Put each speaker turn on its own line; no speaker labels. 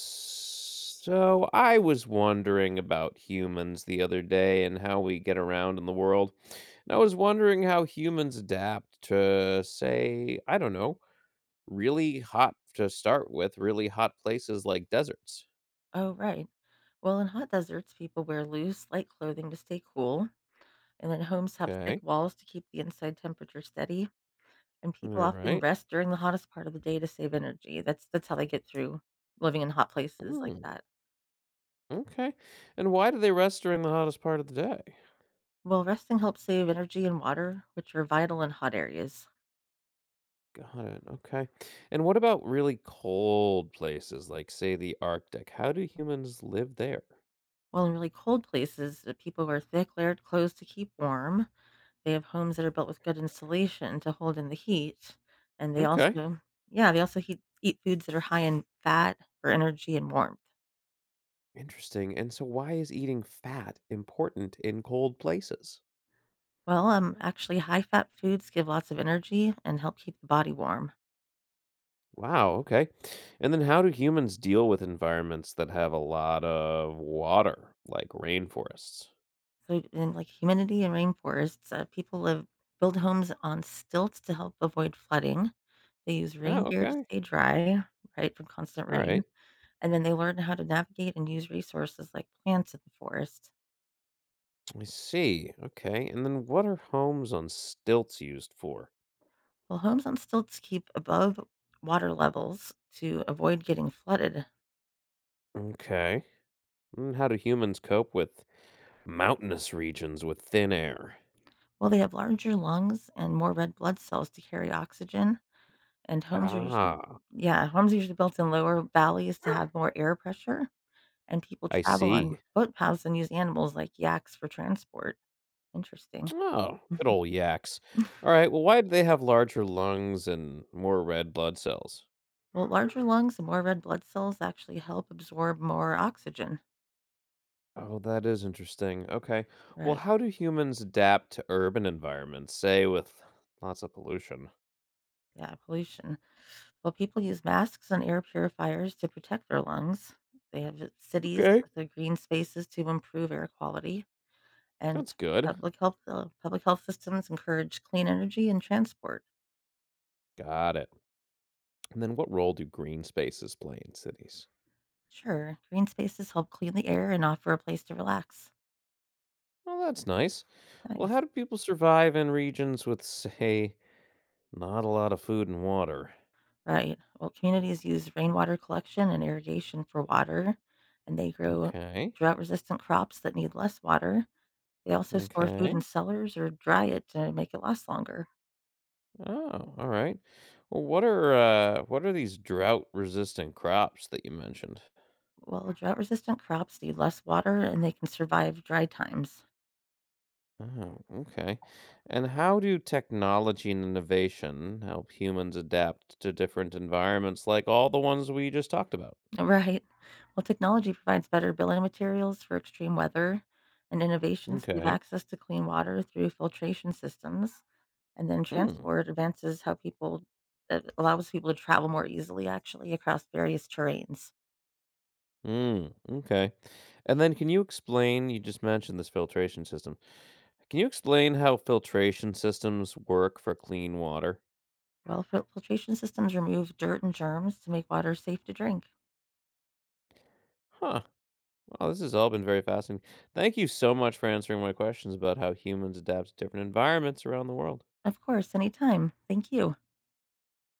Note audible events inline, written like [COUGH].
So I was wondering about humans the other day and how we get around in the world. And I was wondering how humans adapt to, say, I don't know, really hot to start with, really hot places like deserts.
Oh, right. Well, in hot deserts, people wear loose, light clothing to stay cool, and then homes have thick
Okay.
walls to keep the inside temperature steady. And
All
people often
right.
rest during the hottest part of the day to save energy. That's how they get through living in hot places like
Mm,
that.
okay. And why do they rest during the hottest part of the day?
Well, resting helps save energy and water, which are vital in hot areas.
Got it. Okay. And what about really cold places like, say, the Arctic? How do humans live there?
While in really cold places, people wear thick, layered clothes to keep warm. They have homes that are built with good insulation to hold in the heat, and they
Okay.
also, yeah, they also heat eat foods that are high in fat for energy and warmth.
Interesting. And so, why is eating fat important in cold places?
Well, actually, high-fat foods give lots of energy and help keep the body warm.
Wow. Okay. And then, how do humans deal with environments that have a lot of water, like rainforests?
So, in like humidity and rainforests, people live build homes on stilts to help avoid flooding. They use rain
Oh,
gear to
okay.
stay dry, right, from constant
All
rain,
right.
and then they learn how to navigate and use resources like plants in the forest.
I see. Okay. And then, what are homes on stilts used for?
Well, homes on stilts keep above water levels to avoid getting flooded.
Okay. And how do humans cope with mountainous regions with thin air?
Well, they have larger lungs and more red blood cells to carry oxygen, and homes are usually,
Ah,
yeah, homes are usually built in lower valleys to have more air pressure, and people
I
travel on
see.
boat paths and use animals like yaks for transport. Interesting.
Oh,
Mm.
good old yaks. All right. Well, why do they have larger lungs and more red blood cells?
Well, larger lungs and more red blood cells actually help absorb more oxygen.
Oh, that is interesting. Okay. Well,
Right.
how do humans adapt to urban environments, say with lots of pollution?
Yeah, pollution. Well, people use masks and air purifiers to protect their lungs. They have cities
Okay.
with the green spaces to improve air quality, and
That's good.
public health systems encourage clean energy and transport.
Got it. And then what role do green spaces play in cities?
Sure, green spaces help clean the air and offer a place to relax.
Well, that's nice. Well,
Nice.
how do people survive in regions with, say, not a lot of food and water?
Right. Well, communities use rainwater collection and irrigation for water, and they grow
Okay.
drought resistant crops that need less water. They also store food in
Okay.
cellars or dry it to make it last longer.
Oh, all right. Well, what are these drought-resistant crops that you mentioned?
Well, drought resistant crops need less water and they can survive dry times. [LAUGHS]
Oh, okay. And how do technology and innovation help humans adapt to different environments, like all the ones we just talked about?
Right. Well, technology provides better building materials for extreme weather, and innovations give
Okay.
access to clean water through filtration systems. And then
Hmm.
transport advances how people, it allows people to travel more easily, actually, across various terrains.
Hmm. Okay. And then, can you explain? You just mentioned this filtration system. Can you explain how filtration systems work for clean water?
Well, filtration systems remove dirt and germs to make water safe to drink.
Huh. Well, this has all been very fascinating. Thank you so much for answering my questions about how humans adapt to different environments around the world.
Of course, anytime. Thank you.